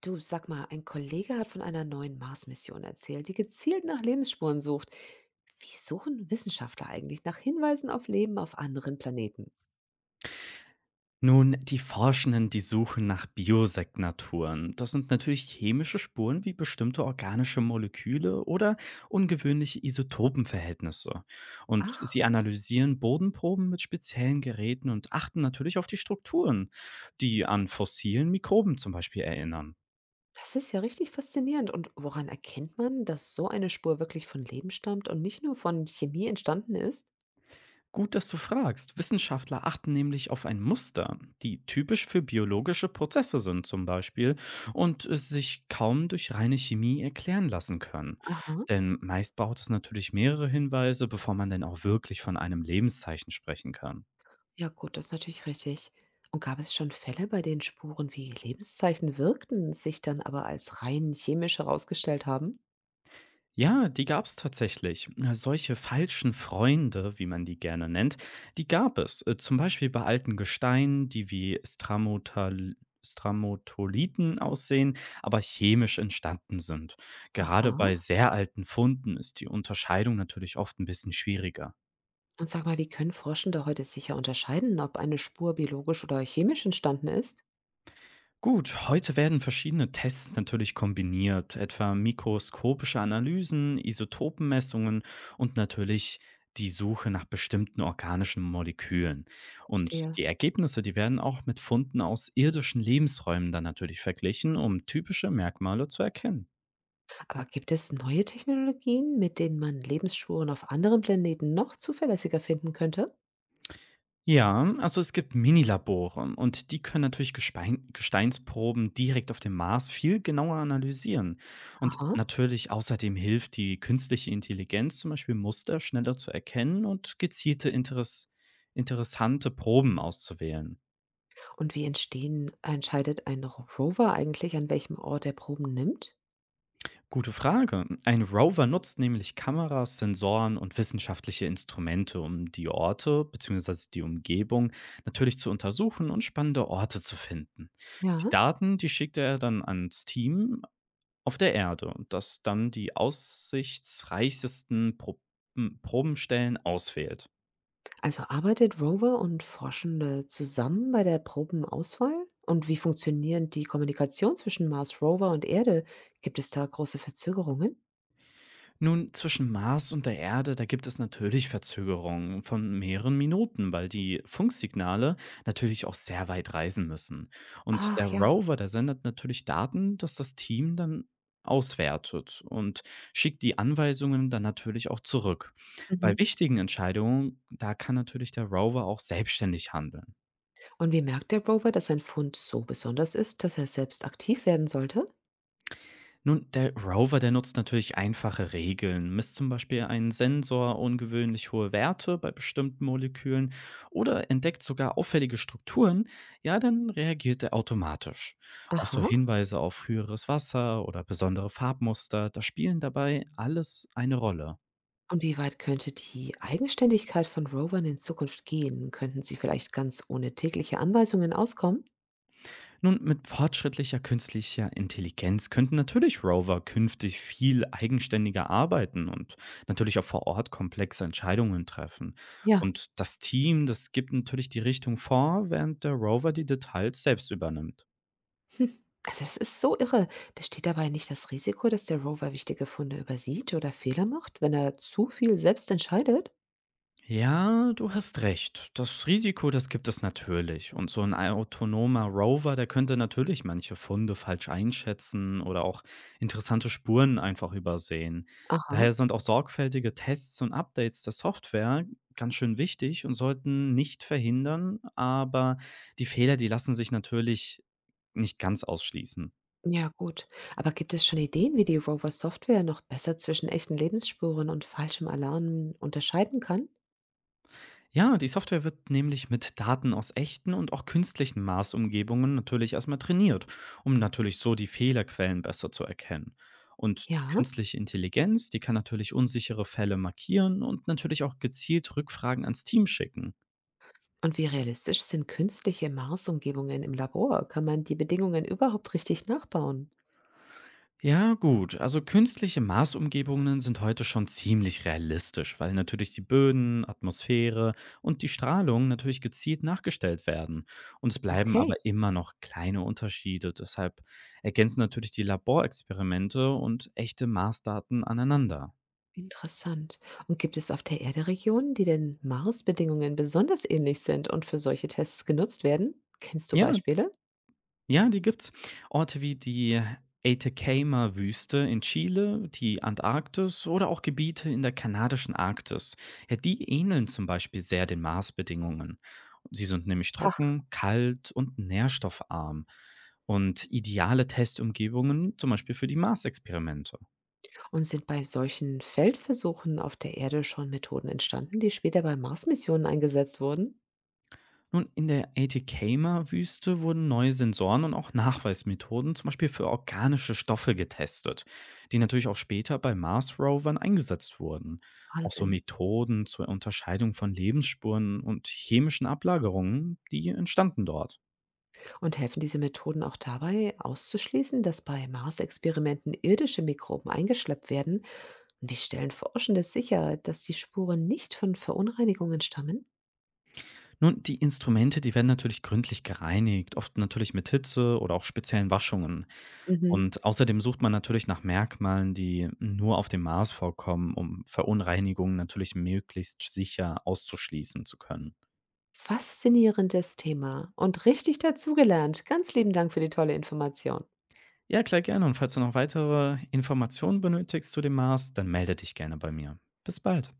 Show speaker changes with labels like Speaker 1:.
Speaker 1: Du, sag mal, ein Kollege hat von einer neuen Mars-Mission erzählt, die gezielt nach Lebensspuren sucht. Wie suchen Wissenschaftler eigentlich nach Hinweisen auf Leben auf anderen Planeten?
Speaker 2: Nun, die Forschenden, die suchen nach Biosignaturen. Das sind natürlich chemische Spuren wie bestimmte organische Moleküle oder ungewöhnliche Isotopenverhältnisse. Und
Speaker 1: Ach,
Speaker 2: sie analysieren Bodenproben mit speziellen Geräten und achten natürlich auf die Strukturen, die an fossilen Mikroben zum Beispiel erinnern.
Speaker 1: das ist ja richtig faszinierend. Und woran erkennt man, dass so eine Spur wirklich von Leben stammt und nicht nur von Chemie entstanden ist?
Speaker 2: Gut, dass du fragst. Wissenschaftler achten nämlich auf ein Muster, die typisch für biologische Prozesse sind zum Beispiel und es sich kaum durch reine Chemie erklären lassen können.
Speaker 1: Aha,
Speaker 2: Denn meist braucht es natürlich mehrere Hinweise, bevor man denn auch wirklich von einem Lebenszeichen sprechen kann.
Speaker 1: ja gut, das ist natürlich richtig. Und gab es schon Fälle, bei denen Spuren wie Lebenszeichen wirkten, sich dann aber als rein chemisch herausgestellt haben?
Speaker 2: Ja, die gab es tatsächlich. Na, solche falschen Freunde, wie man die gerne nennt, die gab es. Zum Beispiel bei alten Gesteinen, die wie Stramotal Stramotolithen aussehen, aber chemisch entstanden sind.
Speaker 1: Aha.
Speaker 2: Gerade bei sehr alten Funden ist die Unterscheidung natürlich oft ein bisschen schwieriger.
Speaker 1: Und sag mal, wie können Forschende heute sicher unterscheiden, ob eine Spur biologisch oder chemisch entstanden ist?
Speaker 2: Gut, heute werden verschiedene Tests natürlich kombiniert, etwa mikroskopische Analysen, Isotopenmessungen und natürlich die Suche nach bestimmten organischen Molekülen. Und
Speaker 1: Verstehe.
Speaker 2: die Ergebnisse, die werden auch mit Funden aus irdischen Lebensräumen dann natürlich verglichen, um typische Merkmale zu erkennen.
Speaker 1: Aber gibt es neue Technologien, mit denen man Lebensspuren auf anderen Planeten noch zuverlässiger finden könnte?
Speaker 2: Ja, also es gibt Minilabore und die können natürlich Gespein Gesteinsproben direkt auf dem Mars viel genauer analysieren. Und
Speaker 1: Aha.
Speaker 2: natürlich außerdem hilft die künstliche Intelligenz zum Beispiel Muster schneller zu erkennen und gezielte interessante Proben auszuwählen.
Speaker 1: Und wie entscheidet ein Rover eigentlich, an welchem Ort er Proben nimmt?
Speaker 2: Gute Frage. Ein Rover nutzt nämlich Kameras, Sensoren und wissenschaftliche Instrumente, um die Orte bzw. die Umgebung natürlich zu untersuchen und spannende Orte zu finden.
Speaker 1: Ja.
Speaker 2: Die Daten, die schickt er dann ans Team auf der Erde, das dann die aussichtsreichsten Probenstellen auswählt.
Speaker 1: Also arbeitet Rover und Forschende zusammen bei der Probenauswahl? Und wie funktionieren die Kommunikation zwischen Mars Rover und Erde? Gibt es da große Verzögerungen?
Speaker 2: Nun, zwischen Mars und der Erde, da gibt es natürlich Verzögerungen von mehreren Minuten, weil die Funksignale natürlich auch sehr weit reisen müssen. Und
Speaker 1: Ach
Speaker 2: der
Speaker 1: ja.
Speaker 2: Rover, der sendet natürlich Daten, dass das Team dann auswertet und schickt die Anweisungen dann natürlich auch zurück. Bei
Speaker 1: Mhm.
Speaker 2: wichtigen Entscheidungen, da kann natürlich der Rover auch selbstständig handeln.
Speaker 1: Und wie merkt der Rover, dass sein Fund so besonders ist, dass er selbst aktiv werden sollte?
Speaker 2: Nun, der Rover, der nutzt natürlich einfache Regeln, misst zum Beispiel einen Sensor ungewöhnlich hohe Werte bei bestimmten Molekülen oder entdeckt sogar auffällige Strukturen, ja, dann reagiert er automatisch. Auch so
Speaker 1: Aha.
Speaker 2: Hinweise auf höheres Wasser oder besondere Farbmuster, das spielen dabei alles eine Rolle.
Speaker 1: Und wie weit könnte die Eigenständigkeit von Rovern in Zukunft gehen? Könnten sie vielleicht ganz ohne tägliche Anweisungen auskommen?
Speaker 2: Nun, mit fortschrittlicher künstlicher Intelligenz könnten natürlich Rover künftig viel eigenständiger arbeiten und natürlich auch vor Ort komplexe Entscheidungen treffen.
Speaker 1: Ja.
Speaker 2: Und das Team, das gibt natürlich die Richtung vor, während der Rover die Details selbst übernimmt.
Speaker 1: Hm. Also das ist so irre. Besteht dabei nicht das Risiko, dass der Rover wichtige Funde übersieht oder Fehler macht, wenn er zu viel selbst entscheidet?
Speaker 2: Ja, du hast recht. Das Risiko, das gibt es natürlich. Und so ein autonomer Rover, der könnte natürlich manche Funde falsch einschätzen oder auch interessante Spuren einfach übersehen.
Speaker 1: Aha.
Speaker 2: Daher sind auch sorgfältige Tests und Updates der Software ganz schön wichtig und sollten nicht verhindern, aber die Fehler, die lassen sich natürlich nicht ganz ausschließen.
Speaker 1: Ja, gut. Aber gibt es schon Ideen, wie die Rover-Software noch besser zwischen echten Lebensspuren und falschem Alarm unterscheiden kann?
Speaker 2: Ja, die Software wird nämlich mit Daten aus echten und auch künstlichen Maßumgebungen natürlich erstmal trainiert, um natürlich so die Fehlerquellen besser zu erkennen. Und die
Speaker 1: Ja.
Speaker 2: künstliche Intelligenz, die kann natürlich unsichere Fälle markieren und natürlich auch gezielt Rückfragen ans Team schicken.
Speaker 1: Und wie realistisch sind künstliche Marsumgebungen im Labor? Kann man die Bedingungen überhaupt richtig nachbauen?
Speaker 2: Ja, gut. Also künstliche Marsumgebungen sind heute schon ziemlich realistisch, weil natürlich die Böden, Atmosphäre und die Strahlung natürlich gezielt nachgestellt werden. Und es bleiben aber
Speaker 1: Okay,
Speaker 2: immer noch kleine Unterschiede. Deshalb ergänzen natürlich die Laborexperimente und echte Marsdaten aneinander.
Speaker 1: interessant. Und gibt es auf der Erde Regionen, die den Mars-Bedingungen besonders ähnlich sind und für solche Tests genutzt werden? Kennst du
Speaker 2: Ja,
Speaker 1: Beispiele?
Speaker 2: Ja, die gibt's. Orte wie die Atacama-Wüste in Chile, die Antarktis oder auch Gebiete in der kanadischen Arktis. Ja, die ähneln zum Beispiel sehr den Marsbedingungen. Sie sind nämlich
Speaker 1: Ach,
Speaker 2: trocken, kalt und nährstoffarm und ideale Testumgebungen, zum Beispiel für die Mars-Experimente.
Speaker 1: und sind bei solchen Feldversuchen auf der Erde schon Methoden entstanden, die später bei Mars-Missionen eingesetzt wurden?
Speaker 2: Nun, in der Atacama-Wüste wurden neue Sensoren und auch Nachweismethoden, zum Beispiel für organische Stoffe, getestet, die natürlich auch später bei Mars-Rovern eingesetzt wurden. Auch so
Speaker 1: Wahnsinn.
Speaker 2: Methoden zur Unterscheidung von Lebensspuren und chemischen Ablagerungen, die entstanden dort.
Speaker 1: Und helfen diese Methoden auch dabei, auszuschließen, dass bei Mars-Experimenten irdische Mikroben eingeschleppt werden? Wie stellen Forschende sicher, dass die Spuren nicht von Verunreinigungen stammen?
Speaker 2: Nun, die Instrumente, die werden natürlich gründlich gereinigt, oft natürlich mit Hitze oder auch speziellen Waschungen.
Speaker 1: Mhm.
Speaker 2: Und außerdem sucht man natürlich nach Merkmalen, die nur auf dem Mars vorkommen, um Verunreinigungen natürlich möglichst sicher auszuschließen zu können.
Speaker 1: Faszinierendes Thema und richtig dazugelernt. Ganz lieben Dank für die tolle Information.
Speaker 2: Ja, klar, gerne. Und falls du noch weitere Informationen benötigst zu dem Mars, dann melde dich gerne bei mir. Bis bald.